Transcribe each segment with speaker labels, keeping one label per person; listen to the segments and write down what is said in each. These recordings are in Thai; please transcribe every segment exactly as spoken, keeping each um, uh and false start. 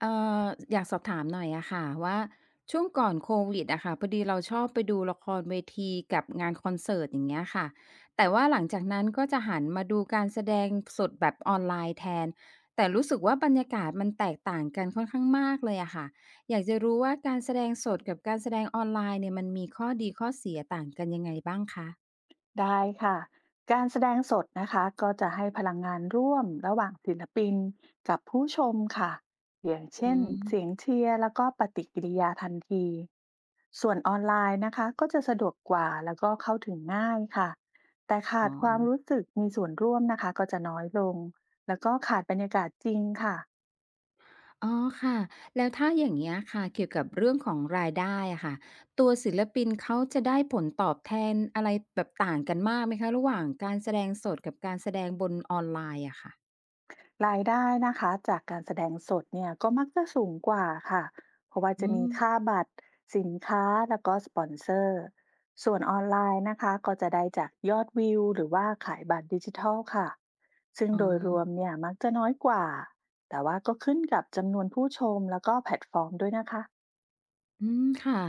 Speaker 1: เอ่ออยากสอบถามหน่อยอะค่ะว่าช่วงก่อนโควิดอะค่ะพอดีเราชอบไปดูละครเวทีกับงานคอนเสิร์ตอย่างเงี้ยค่ะแต่ว่าหลังจากนั้นก็จะหันมาดูการแสดงสดแบบออนไลน์แทนแต่รู้สึกว่าบรรยากาศมันแตกต่างกันค่อนข้างมากเลยอะค่ะอยากจะรู้ว่าการแสดงสดกับการแสดงออนไลน์เนี่ยมันมีข้อดีข้อเสียต่างกันยังไงบ้างคะ
Speaker 2: ได้ค่ะ การแสดงสดนะคะก็จะให้พลังงานร่วมระหว่างศิลปินกับผู้ชมค่ะอย่าง
Speaker 1: อื
Speaker 2: เช่นเสียง
Speaker 1: ม
Speaker 2: เชียร์แล้วก็ปฏิกิริยาทันทีส่วนออนไลน์นะคะก็จะสะดวกกว่าแล้วก็เข้าถึงง่ายค่ะแต่ขา
Speaker 1: อ๋อ
Speaker 2: ดความรู้สึกมีส่วนร่วมนะคะก็จะน้อยลงแล้วก็ขาดบรรยากาศจริงค่ะ
Speaker 1: อ๋อค่ะแล้วถ้าอย่างเงี้ยค่ะเกี่ยวกับเรื่องของรายได้อะค่ะตัวศิลปินเขาจะได้ผลตอบแทนอะไรแบบต่างกันมากไหมคะระหว่างการแสดงสดกับการแสดงบนออนไลน์อะค่ะ
Speaker 2: รายได้นะคะจากการแสดงสดเนี่ยก็มักจะสูงกว่าค่ะเพราะว่าจะ
Speaker 1: อื
Speaker 2: มี
Speaker 1: ม
Speaker 2: ค่าบัตรสินค้าแล้วก็สปอนเซอร์ส่วนออนไลน์นะคะก็จะได้จากยอดวิวหรือว่าขายบัตรดิจิทัลค่ะซึ่ง
Speaker 1: อ๋อ
Speaker 2: โดยรวมเนี่ยมักจะน้อยกว่าแต่ว่าก็ขึ้นกับจำนวนผู้ชมแล้วก็แพลตฟอร์มด้วยนะคะ
Speaker 1: อืมค่ะ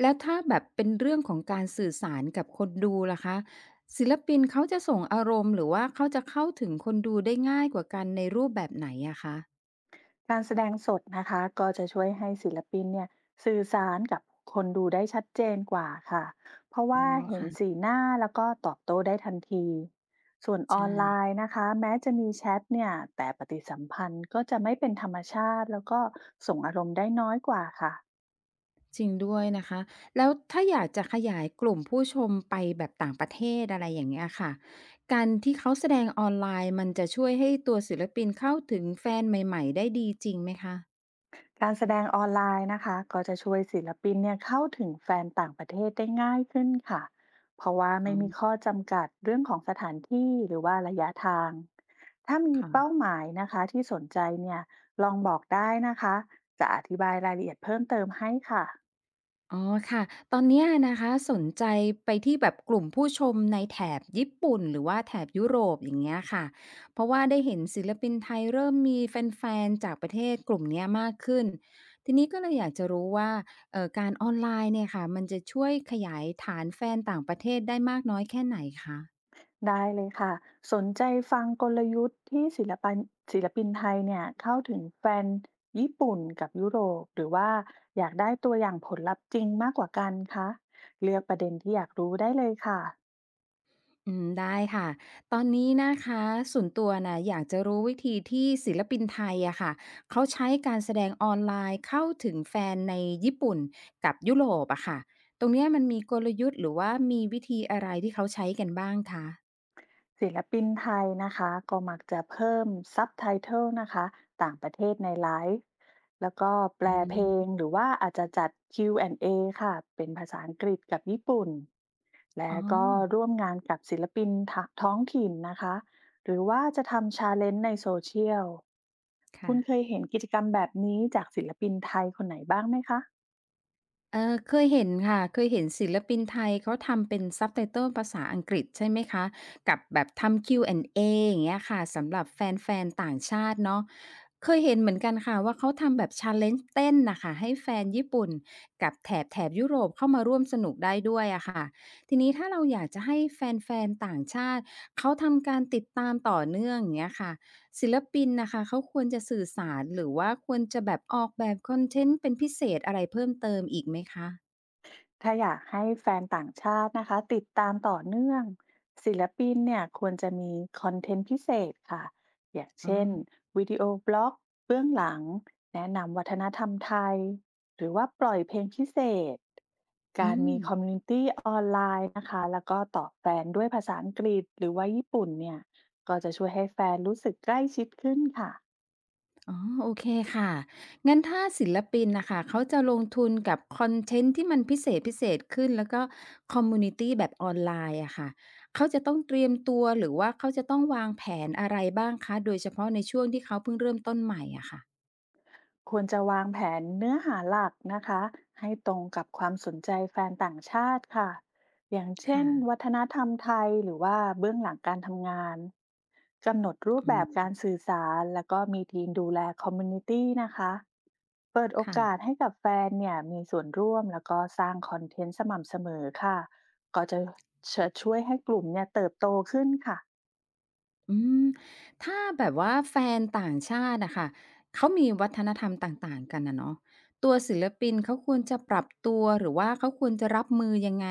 Speaker 1: แล้วถ้าแบบเป็นเรื่องของการสื่อสารกับคนดูล่ะคะศิลปินเขาจะส่งอารมณ์หรือว่าเขาจะเข้าถึงคนดูได้ง่ายกว่ากันในรูปแบบไหนอะคะ
Speaker 2: การแสดงสดนะคะก็จะช่วยให้ศิลปินเนี่ยสื่อสารกับคนดูได้ชัดเจนกว่าค่ะเพราะ
Speaker 1: อ๋อ
Speaker 2: ว่าเห็น
Speaker 1: ค่ะ
Speaker 2: สีหน้าแล้วก็ตอบโต้ได้ทันทีส่วนออ
Speaker 1: ใช่
Speaker 2: นไลน์นะคะแม้จะมีแชทเนี่ยแต่ปฏิสัมพันธ์ก็จะไม่เป็นธรรมชาติแล้วก็ส่งอารมณ์ได้น้อยกว่าค่ะ
Speaker 1: จริงด้วยนะคะแล้วถ้าอยากจะขยายกลุ่มผู้ชมไปแบบต่างประเทศอะไรอย่างเงี้ยค่ะการที่เขาแสดงออนไลน์มันจะช่วยให้ตัวศิลปินเข้าถึงแฟนใหม่ๆได้ดีจริงไหมคะ
Speaker 2: การแสดงออนไลน์นะคะก็จะช่วยศิลปินเนี่ยเข้าถึงแฟนต่างประเทศได้ง่ายขึ้นค่ะเพราะว่า
Speaker 1: อ๋
Speaker 2: ไม่มี
Speaker 1: อ
Speaker 2: ข้อจำกัดเรื่องของสถานที่หรือว่าระยะทางถ้ามีเป้าห
Speaker 1: ค่ะ
Speaker 2: มายนะคะที่สนใจเนี่ยลองบอกได้นะคะจะอธิบายรายละเอียดเพิ่มเติมให้ค่ะ
Speaker 1: อ๋อค่ะตอนเนี้ยนะคะสนใจไปที่แบบกลุ่มผู้ชมในแถบญี่ปุ่นหรือว่าแถบยุโรปอย่างเงี้ยค่ะเพราะว่าได้เห็นศิลปินไทยเริ่มมีแฟนๆจากประเทศกลุ่มเนี้ยมากขึ้นทีนี้ก็เลยอยากจะรู้ว่าเอ่อการออนไลน์เนี่ยค่ะมันจะช่วยขยายฐานแฟนต่างประเทศได้มากน้อยแค่ไหนคะ
Speaker 2: ได้เลยค่ะสนใจฟังกลยุทธ์ที่ศิลปินศิลปินไทยเนี่ยเข้าถึงแฟนญี่ปุ่นกับยุโรปหรือว่าอยากได้ตัวอย่างผลลัพธ์จริงมากกว่ากันคะเลือกประเด็นที่อยากรู้ได้เลยค่ะ
Speaker 1: อืมได้ค่ะตอนนี้นะคะส่วนตัวน่ะอยากจะรู้วิธีที่ศิลปินไทยอะค่ะเขาใช้การแสดงออนไลน์เข้าถึงแฟนในญี่ปุ่นกับยุโรปอะค่ะตรงเนี้ยมันมีกลยุทธ์หรือว่ามีวิธีอะไรที่เขาใช้กันบ้างคะ
Speaker 2: ศิลปินไทยนะคะก็มักจะเพิ่มซับไตเติลนะคะต่างประเทศในไลฟ์แล้วก็แปล
Speaker 1: อื
Speaker 2: เพลง
Speaker 1: ม
Speaker 2: หรือว่าอาจจะจัด คิว แอนด์ เอ ค่ะเป็นภาษาอังกฤษกับญี่ปุ่นและ
Speaker 1: อ๋อ
Speaker 2: ก็ร่วมงานกับศิลปินทะท้องถิ่นนะคะหรือว่าจะทำชาเลนจ์ในโซเชียลคุ
Speaker 1: ค่ะ
Speaker 2: ณเคยเห็นกิจกรรมแบบนี้จากศิลปินไทยคนไหนบ้างไหมคะ
Speaker 1: เออเคยเห็นค่ะเคยเห็นศิลปินไทยเขาทำเป็น Subtitle ภาษาอังกฤษใช่ไหมคะกับแบบทำ คิว แอนด์ เอ อนด์เออย่างเงี้ยค่ะสำหรับแฟนๆต่างชาติเนาะเคยเห็นเหมือนกันค่ะว่าเขาทำแบบ challenge เลนจ์เต้นนะคะให้แฟนญี่ปุ่นกับแถบแถบยุโรปเข้ามาร่วมสนุกได้ด้วยอะค่ะทีนี้ถ้าเราอยากจะให้แฟนๆต่างชาติเขาทำการติดตามต่อเนื่องอย่างเงี้ยค่ะ ศิลปินนะค่ะเขาควรจะสื่อสารหรือว่าควรจะแบบออกแบบคอนเทนต์เป็นพิเศษอะไรเพิ่มเติมอีกไหมคะ
Speaker 2: ถ้าอยากให้แฟนต่างชาตินะคะติดตามต่อเนื่องศิลปินเนี่ยควรจะมีคอนเทนต์พิเศษค่ะอย่าง
Speaker 1: อ๋อ
Speaker 2: เช่นวิดีโอบล็อกเบื้องหลังแนะนำวัฒนธรรมไทยหรือว่าปล่อยเพลงพิเศษกา
Speaker 1: อื
Speaker 2: ร
Speaker 1: ม
Speaker 2: มีคอมมูนิตี้ออนไลน์นะคะแล้วก็ต่อบแฟนด้วยภาษาอังกฤษหรือว่าญี่ปุ่นเนี่ยก็จะช่วยให้แฟนรู้สึกใกล้ชิดขึ้นค่ะ
Speaker 1: อ๋อโอเคค่ะงั้นถ้าศิลปินน่ะค่ะเขาจะลงทุนกับคอนเทนต์ที่มันพิเศษๆขึ้นแล้วก็คอมมิวนิตีแบบออนไลน์อะค่ะเขาจะต้องเตรียมตัวหรือว่าเขาจะต้องวางแผนอะไรบ้างคะโดยเฉพาะในช่วงที่เขาเพิ่งเริ่มต้นใหม่อะค่ะ
Speaker 2: ควรจะวางแผนเนื้อหาหลักนะคะให้ตรงกับความสนใจแฟนต่างชาติค่ะอย่างเช่
Speaker 1: ค่ะ
Speaker 2: นวัฒนธรรมไทยหรือว่าเบื้องหลังการทำงานกำหนดรูป
Speaker 1: อื
Speaker 2: แบบกา
Speaker 1: ม
Speaker 2: รสื่อสารแล้วก็มีทีมดูแลคอมมูนิตี้นะคะเปิดโอ
Speaker 1: ค่ะ
Speaker 2: กาสให้กับแฟนเนี่ยมีส่วนร่วมแล้วก็สร้างคอนเทนต์สม่ำเสมอค่ะก็จะจะช่วยให้กลุ่มเนี่ยเติบโตขึ้นค่ะ
Speaker 1: อืมถ้าแบบว่าแฟนต่างชาติอะค่ะเขามีวัฒนธรรมต่างๆกันอะเนาะตัวศิลปินเขาควรจะปรับตัวหรือว่าเขาควรจะรับมือยังไง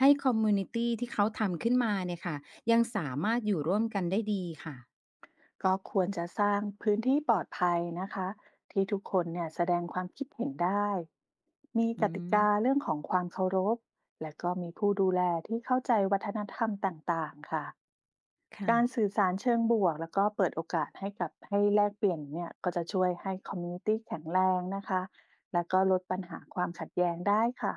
Speaker 1: ให้คอมมิวนิตีที่เขาทำขึ้นมาเนี่ยค่ะยังสามารถอยู่ร่วมกันได้ดีค่ะ
Speaker 2: ก็ควรจะสร้างพื้นที่ปลอดภัยนะคะที่ทุกคนเนี่ยแสดงความคิดเห็นได้มีก
Speaker 1: อื
Speaker 2: ติ
Speaker 1: ม
Speaker 2: กาเรื่องของความเคารพและก็มีผู้ดูแลที่เข้าใจวัฒนธรรมต่างๆค่ะการสื่
Speaker 1: ค่ะ
Speaker 2: อสารเชิงบวกแล้วก็เปิดโอกาสให้กับให้แลกเปลี่ยนเนี่ยก็จะช่วยให้คอมมูนิตี้แข็งแรงนะคะและก็ลดปัญหาความขัดแย้งได้ค่ะ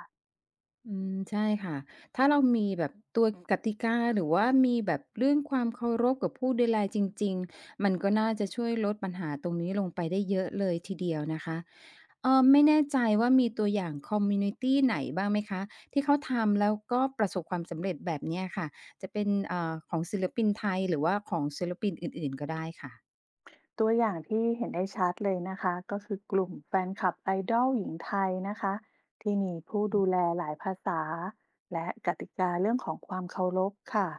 Speaker 1: อืมใช่ค่ะ ถ้าเรามีแบบตัวกติกาหรือว่ามีแบบเรื่องความเคารพกับผู้ดูแลจริงๆ มันก็น่าจะช่วยลดปัญหาตรงนี้ลงไปได้เยอะเลยทีเดียวนะคะเอ่อไม่แน่ใจว่ามีตัวอย่างคอมมิวนิตีไหนบ้างไหมคะที่เขาทำแล้วก็ประสบความสำเร็จแบบเนี้ยค่ะ จะเป็นเอ่อของศิลปินไทยหรือว่าของศิลปินอื่นๆก็ได้ค่ะ
Speaker 2: ตัวอย่างที่เห็นได้ชัดเลยนะคะก็คือกลุ่มแฟนคลับไอดอลหญิงไทยนะคะที่มีผู้ดูแลหลายภาษาและกติกาเรื่องของความเคารพค่ะ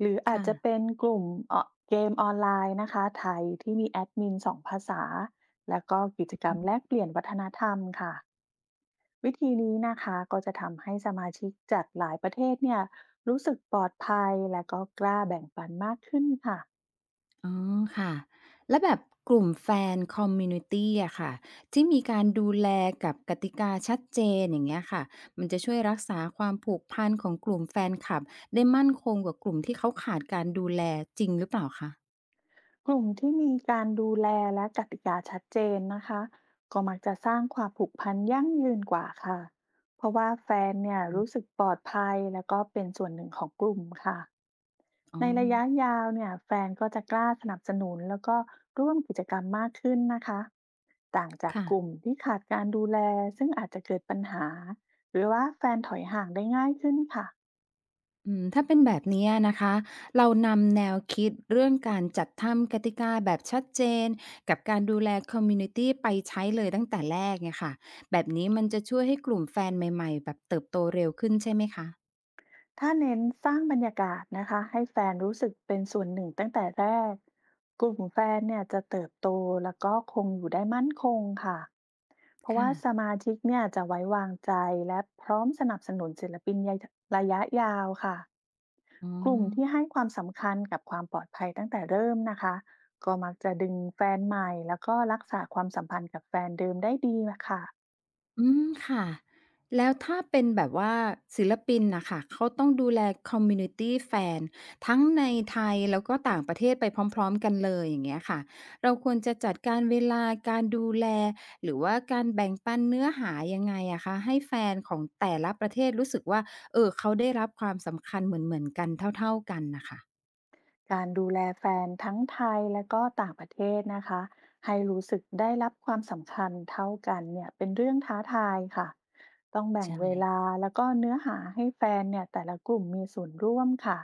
Speaker 2: หรืออาจ
Speaker 1: ค่ะ
Speaker 2: จะเป็นกลุ่มเอ่อเกมออนไลน์นะคะไทยที่มีแอดมินสองภาษาแล้วก็กิจกรรมแลกเปลี่ยนวัฒนธรรมค่ะวิธีนี้นะคะก็จะทำให้สมาชิกจากหลายประเทศเนี่ยรู้สึกปลอดภัยและก็กล้าแบ่งปันมากขึ้นค่ะ
Speaker 1: อ๋อค่ะแล้วแบบกลุ่มแฟนคอมมิวนิตีอะค่ะที่มีการดูแลกับกติกาชัดเจนอย่างเงี้ยค่ะมันจะช่วยรักษาความผูกพันของกลุ่มแฟนคลับได้มั่นคงกว่ากลุ่มที่เขาขาดการดูแลจริงหรือเปล่าคะ
Speaker 2: กลุ่มที่มีการดูแลและกติกาชัดเจนนะคะก็มักจะสร้างความผูกพันยั่งยืนกว่าค่ะเพราะว่าแฟนเนี่ย
Speaker 1: อื
Speaker 2: รู้สึ
Speaker 1: ม
Speaker 2: กปลอดภัยแล้วก็เป็นส่วนหนึ่งของกลุ่มค่ะ
Speaker 1: อ๋อ
Speaker 2: ในระยะยาวเนี่ยแฟนก็จะกล้าสนับสนุนแล้วก็ร่วมกิจกรรมมากขึ้นนะคะต่างจาก
Speaker 1: ค่ะ
Speaker 2: กลุ่มที่ขาดการดูแลซึ่งอาจจะเกิดปัญหาหรือว่าแฟนถอยห่างได้ง่ายขึ้นค่ะ
Speaker 1: อืมถ้าเป็นแบบนี้นะคะเรานำแนวคิดเรื่องการจัดทำกติกาแบบชัดเจนกับการดูแลคอมมูนิตีไปใช้เลยตั้งแต่แรกเนี่ยค่ะแบบนี้มันจะช่วยให้กลุ่มแฟนใหม่ๆแบบเติบโตเร็วขึ้นใช่ไหมคะ
Speaker 2: ถ้าเน้นสร้างบรรยากาศนะคะให้แฟนรู้สึกเป็นส่วนหนึ่งตั้งแต่แรก กลุ่มแฟนเนี่ยจะเติบโตแล้วก็คงอยู่ได้มั่นคงค่ะเพราะ
Speaker 1: ค่ะ
Speaker 2: ว่าสมาชิกเนี่ยจะไว้วางใจและพร้อมสนับสนุนศิลปินระยะยาวค่ะ
Speaker 1: อ๋อ
Speaker 2: กลุ่มที่ให้ความสำคัญกับความปลอดภัยตั้งแต่เริ่มนะคะก็มักจะดึงแฟนใหม่แล้วก็รักษาความสัมพันธ์กับแฟนเดิมได้ดีค่ะ
Speaker 1: อืมค่ะแล้วถ้าเป็นแบบว่าศิลปินน่ะค่ะเขาต้องดูแลคอมมิวนิตีแฟนทั้งในไทยแล้วก็ต่างประเทศไปพร้อมๆกันเลยอย่างเงี้ยค่ะเราควรจะจัดการเวลาการดูแลหรือว่าการแบ่งปันเนื้อหายังไงอะคะให้แฟนของแต่ละประเทศรู้สึกว่าเอ่อเขาได้รับความสำคัญเหมือนๆกันเท่าๆกันน่ะค่ะ
Speaker 2: การดูแลแฟนทั้งไทยและก็ต่างประเทศนะคะให้รู้สึกได้รับความสำคัญเท่ากันเนี่ยเป็นเรื่องท้าทายค่ะต้องแบ่ง
Speaker 1: ใช่
Speaker 2: เวลาแล้วก็เนื้อหาให้แฟนเนี่ยแต่ละกลุ่มมีส่วนร่วมค่ะ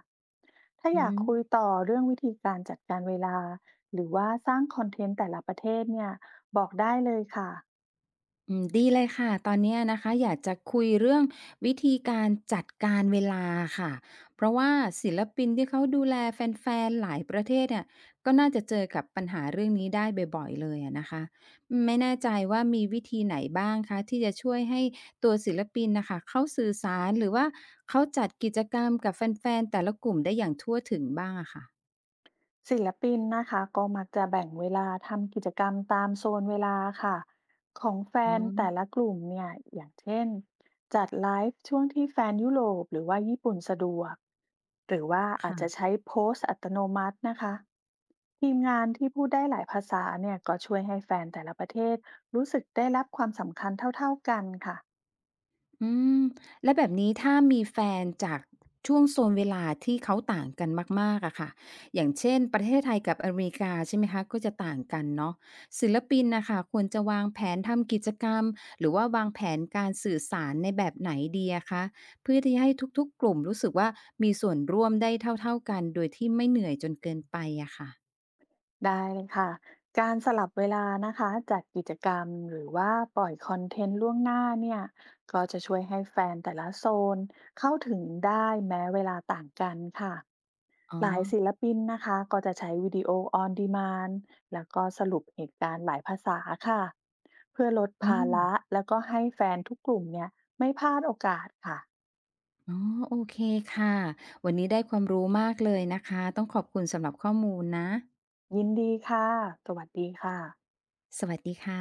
Speaker 2: ถ้า
Speaker 1: อื
Speaker 2: อยาก
Speaker 1: ม
Speaker 2: คุยต่อเรื่องวิธีการจัดการเวลาหรือว่าสร้างคอนเทนต์แต่ละประเทศเนี่ยบอกได้เลยค่ะ
Speaker 1: อืมดีเลยค่ะตอนเนี้ยนะคะอยากจะคุยเรื่องวิธีการจัดการเวลาค่ะเพราะว่าศิลปินที่เขาดูแลแฟนๆหลายประเทศเนี่ยก็น่าจะเจอกับปัญหาเรื่องนี้ได้บ่อยๆเลยอะนะคะไม่แน่ใจว่ามีวิธีไหนบ้างคะที่จะช่วยให้ตัวศิลปินน่ะค่ะเขาสื่อสารหรือว่าเขาจัดกิจกรรมกับแฟนๆแต่ละกลุ่มได้อย่างทั่วถึงบ้างอะค่ะ
Speaker 2: ศิลปินนะคะก็มักจะแบ่งเวลาทำกิจกรรมตามโซนเวลาค่ะของแฟ
Speaker 1: อ๋อ
Speaker 2: นแต่ละกลุ่มเนี่ยอย่างเช่นจัดไลฟ์ช่วงที่แฟนยุโรปหรือว่าญี่ปุ่นสะดวกหรือว่าอาจ
Speaker 1: ค่ะ
Speaker 2: จะใช้โพสต์อัตโนมัตินะคะทีมงานที่พูดได้หลายภาษาเนี่ยก็ช่วยให้แฟนแต่ละประเทศรู้สึกได้รับความสำคัญเท่าๆกันค่ะ
Speaker 1: อืมแล้วแบบนี้ถ้ามีแฟนจากช่วงโซนเวลาที่เขาต่างกันมากๆอะค่ะอย่างเช่นประเทศไทยกับอเมริกาใช่ไหมคะก็จะต่างกันเนาะศิลปินน่ะค่ะควรจะวางแผนทำกิจกรรมหรือว่าวางแผนการสื่อสารในแบบไหนดีอะคะเพื่อที่จะให้ทุกๆกลุ่มรู้สึกว่ามีส่วนร่วมได้เท่าๆกันโดยที่ไม่เหนื่อยจนเกินไปอะค่ะ
Speaker 2: ได้เลยค่ะการสลับเวลานะคะจัดกิจกรรมหรือว่าปล่อยคอนเทนต์ล่วงหน้าเนี่ยก็จะช่วยให้แฟนแต่ละโซนเข้าถึงได้แม้เวลาต่างกันค่ะ
Speaker 1: อ๋อ
Speaker 2: หลายศิลปินนะคะก็จะใช้วิดีโอออนดีมานแล้วก็สรุปเหตุการณ์หลายภาษาค่ะเพื่อลด
Speaker 1: อื
Speaker 2: ภา
Speaker 1: ม
Speaker 2: ระแล้วก็ให้แฟนทุกกลุ่มเนี่ยไม่พลาดโอกาสค่ะ
Speaker 1: อ๋อโอเคค่ะวันนี้ได้ความรู้มากเลยนะคะต้องขอบคุณสำหรับข้อมูลนะ
Speaker 2: ยินดีค่ะสวัสดีค่ะ
Speaker 1: สวัสดีค่ะ